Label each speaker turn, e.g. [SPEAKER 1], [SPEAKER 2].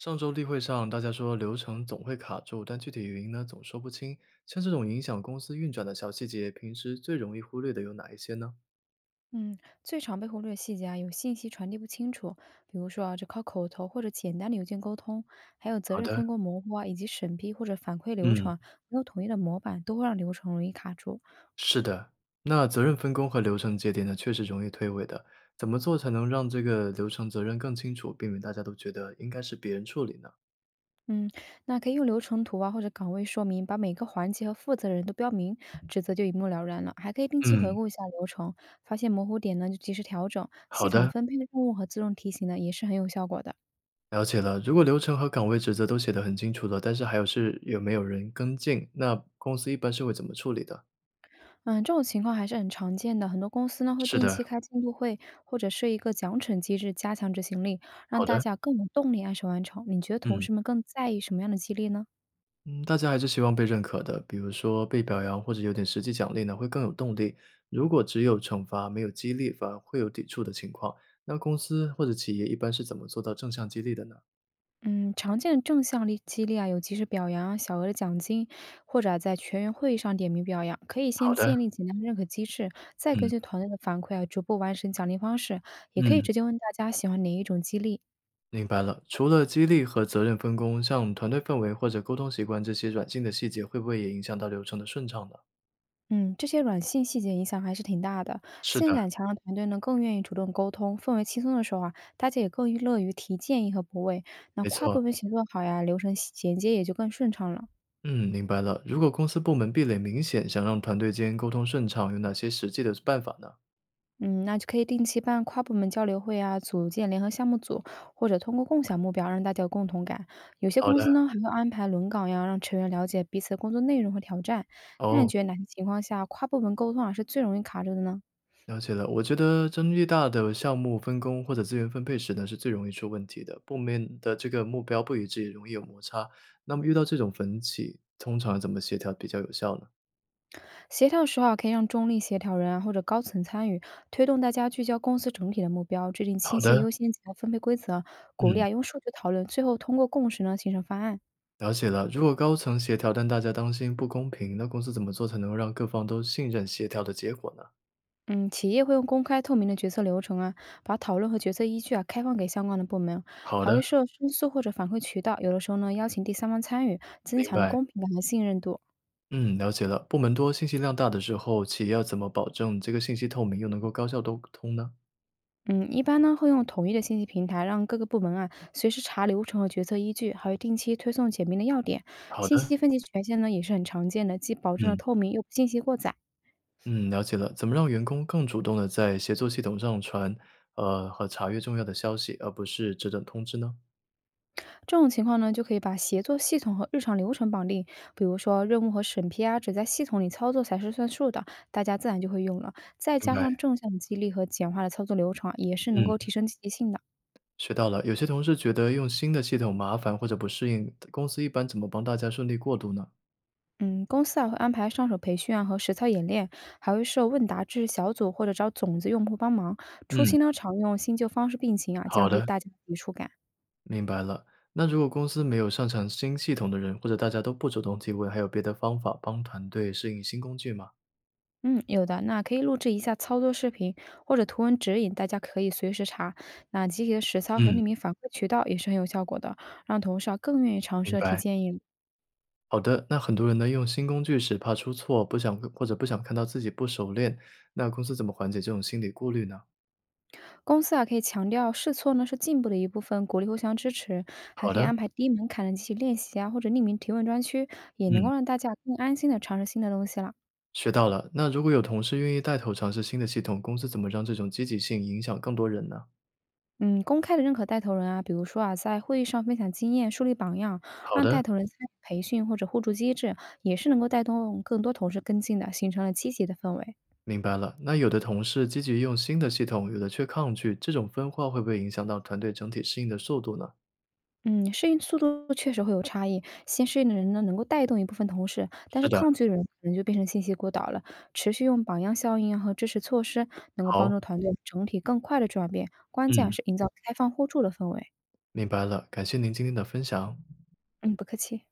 [SPEAKER 1] 上周例会上，大家说流程总会卡住，但具体原因呢总说不清。像这种影响公司运转的小细节，平时最容易忽略的有哪一些呢？
[SPEAKER 2] 嗯，最常被忽略的细节啊，有信息传递不清楚，比如说啊，只靠口头或者简单的邮件沟通，还有责
[SPEAKER 1] 好
[SPEAKER 2] 任
[SPEAKER 1] 的，
[SPEAKER 2] 分工模糊啊，以及审批或者反馈流
[SPEAKER 1] 嗯，
[SPEAKER 2] 程啊没有统一的模板，都会让流程容易卡住。
[SPEAKER 1] 是的。那责任分工和流程节点呢，确实容易推诿的。怎么做才能让这个流程责任更清楚，避免大家都觉得应该是别人处理呢？
[SPEAKER 2] 嗯，那可以用流程图啊或者岗位说明，把每个环节和负责人都标明，职责就一目了然了。还可以定期回
[SPEAKER 1] 嗯，
[SPEAKER 2] 顾一下流程，发现模糊点呢就及时调整，
[SPEAKER 1] 好
[SPEAKER 2] 系统
[SPEAKER 1] 的，
[SPEAKER 2] 分配任务和自动提醒呢也是很有效果的。
[SPEAKER 1] 了解了。如果流程和岗位职责都写得很清楚了，但是还有是有没有人跟进，那公司一般是会怎么处理的？
[SPEAKER 2] 嗯，这种情况还是很常见的。很多公司呢会
[SPEAKER 1] 是
[SPEAKER 2] 定
[SPEAKER 1] 的，
[SPEAKER 2] 期开进度会，或者设一个奖惩机制，加强执行力，
[SPEAKER 1] 好
[SPEAKER 2] 让大
[SPEAKER 1] 的，
[SPEAKER 2] 家更有动力按时完成。你觉得同
[SPEAKER 1] 嗯。
[SPEAKER 2] 事们更在意什么样的激励呢？
[SPEAKER 1] 嗯，大家还是希望被认可的，比如说被表扬或者有点实际奖励呢，会更有动力。如果只有惩罚没有激励，反而会有抵触的情况。那公司或者企业一般是怎么做到正向激励的呢？
[SPEAKER 2] 嗯，常见的正向力激励啊，有及时表扬啊小额的奖金，或者啊在全员会议上点名表扬。可以
[SPEAKER 1] 好
[SPEAKER 2] 先
[SPEAKER 1] 的，
[SPEAKER 2] 建立简单的认可机制，再根
[SPEAKER 1] 嗯
[SPEAKER 2] 据团队的反馈啊，逐步完善奖励方式。也可以
[SPEAKER 1] 嗯，
[SPEAKER 2] 直接问大家喜欢哪一种激励，
[SPEAKER 1] 明白了，除了激励和责任分工，像团队氛围或者沟通习惯这些软性的细节，会不会也影响到流程的顺畅呢？
[SPEAKER 2] 嗯，这些软性细节影响还是挺大的。
[SPEAKER 1] 是
[SPEAKER 2] 信任
[SPEAKER 1] 的，
[SPEAKER 2] 感强的团队呢，更愿意主动沟通，氛围轻松的时候啊，大家也更乐于提建议和补位。那
[SPEAKER 1] 没
[SPEAKER 2] 跨
[SPEAKER 1] 错，
[SPEAKER 2] 部门协作好呀，流程衔接也就更顺畅了。
[SPEAKER 1] 嗯，明白了。如果公司部门壁垒明显，想让团队间沟通顺畅，有哪些实际的办法呢？
[SPEAKER 2] 嗯，那就可以定期办跨部门交流会啊，组建联合项目组，或者通过共享目标让大家有共同感。有些
[SPEAKER 1] 好
[SPEAKER 2] 公
[SPEAKER 1] 的，
[SPEAKER 2] 司呢还会安排轮岗呀，让成员了解彼此的工作内容和挑战。那你
[SPEAKER 1] 哦。
[SPEAKER 2] 觉得哪些情况下跨部门沟通啊是最容易卡住的呢？
[SPEAKER 1] 了解了，我觉得争议大的项目分工或者资源分配时呢，是最容易出问题的。部门的这个目标不一致，容易有摩擦。那么遇到这种分歧，通常怎么协调比较有效呢？
[SPEAKER 2] 协调的时啊，可以让中立协调人啊或者高层参与，推动大家聚焦公司整体的目标，制定
[SPEAKER 1] 好
[SPEAKER 2] 清晰的
[SPEAKER 1] 的，
[SPEAKER 2] 优先级和分配规则，鼓励
[SPEAKER 1] 嗯，
[SPEAKER 2] 啊用数据讨论，最后通过共识呢形成方案。
[SPEAKER 1] 了解了。如果高层协调，但大家担心不公平，那公司怎么做才能够让各方都信任协调的结果呢？
[SPEAKER 2] 嗯，企业会用公开透明的决策流程啊，把讨论和决策依据啊开放给相关的部门，
[SPEAKER 1] 好
[SPEAKER 2] 还
[SPEAKER 1] 的，
[SPEAKER 2] 会设申诉或者反馈渠道，有的时候呢邀请第三方参与，增
[SPEAKER 1] 明
[SPEAKER 2] 强了
[SPEAKER 1] 白。
[SPEAKER 2] 公平感和信任度。
[SPEAKER 1] 嗯，了解了。部门多、信息量大的时候，企业要怎么保证这个信息透明又能够高效沟通呢？
[SPEAKER 2] 嗯，一般呢会用统一的信息平台，让各个部门啊随时查流程和决策依据，还会定期推送简明的要点。
[SPEAKER 1] 好
[SPEAKER 2] 信
[SPEAKER 1] 的，
[SPEAKER 2] 息分级权限呢也是很常见的，既保证了
[SPEAKER 1] 嗯。
[SPEAKER 2] 透明，又不信息过载。
[SPEAKER 1] 嗯，了解了。怎么让员工更主动的在协作系统上传，和查阅重要的消息，而不是只等通知呢？
[SPEAKER 2] 这种情况呢，就可以把协作系统和日常流程绑定，比如说任务和审批啊，只在系统里操作才是算数的，大家自然就会用了。再
[SPEAKER 1] 明
[SPEAKER 2] 加
[SPEAKER 1] 白。
[SPEAKER 2] 上正向的激励和简化的操作流程啊，也是能够
[SPEAKER 1] 嗯，
[SPEAKER 2] 提升积极性的。
[SPEAKER 1] 学到了。有些同事觉得用新的系统麻烦或者不适应，公司一般怎么帮大家顺利过渡呢？
[SPEAKER 2] 嗯，公司啊会安排上手培训啊和实操演练，还会设问答制小组或者找种子用户帮忙。初
[SPEAKER 1] 嗯，
[SPEAKER 2] 期呢，常用新旧方式并行啊，
[SPEAKER 1] 好
[SPEAKER 2] 降低
[SPEAKER 1] 的，
[SPEAKER 2] 大家的抵触感。
[SPEAKER 1] 明白了。那如果公司没有擅长新系统的人，或者大家都不主动提问，还有别的方法帮团队适应新工具吗？
[SPEAKER 2] 嗯，有的，那可以录制一下操作视频或者图文指引，大家可以随时查。那集体的实操和
[SPEAKER 1] 嗯，
[SPEAKER 2] 匿名反馈渠道也是很有效果的，让同事啊更愿意尝
[SPEAKER 1] 明
[SPEAKER 2] 试和提
[SPEAKER 1] 白。
[SPEAKER 2] 建议了。
[SPEAKER 1] 好的，那很多人呢用新工具时怕出错，不想或者不想看到自己不熟练，那公司怎么缓解这种心理顾虑呢？
[SPEAKER 2] 公司啊可以强调试错呢是进步的一部分，鼓励互相支持，还
[SPEAKER 1] 好
[SPEAKER 2] 可以
[SPEAKER 1] 的，
[SPEAKER 2] 安排低门槛的集体练习啊，或者匿名提问专区，也能
[SPEAKER 1] 嗯，
[SPEAKER 2] 够让大家更安心的尝试新的东西了。
[SPEAKER 1] 学到了。那如果有同事愿意带头尝试新的系统，公司怎么让这种积极性影响更多人呢？
[SPEAKER 2] 嗯，公开的认可带头人啊，比如说啊，在会议上分享经验、树立榜样，
[SPEAKER 1] 好
[SPEAKER 2] 让
[SPEAKER 1] 的，
[SPEAKER 2] 带头人参与培训或者互助机制，也是能够带动更多同事跟进的，形成了积极的氛围。
[SPEAKER 1] 明白了。那有的同事积极用新的系统，有的却抗拒，这种分化会不会影响到团队整体适应的速度呢？
[SPEAKER 2] 嗯，适应速度确实会有差异，先适应的人呢，能够带动一部分同事，但
[SPEAKER 1] 是
[SPEAKER 2] 是
[SPEAKER 1] 的，
[SPEAKER 2] 抗拒的人可能就变成信息孤岛了。持续用榜样效应啊和支持措施，能够帮
[SPEAKER 1] 好，
[SPEAKER 2] 助团队整体更快的转变，关键啊
[SPEAKER 1] 嗯，
[SPEAKER 2] 是营造开放互助的氛围。
[SPEAKER 1] 明白了。感谢您今天的分享。
[SPEAKER 2] 嗯，不客气。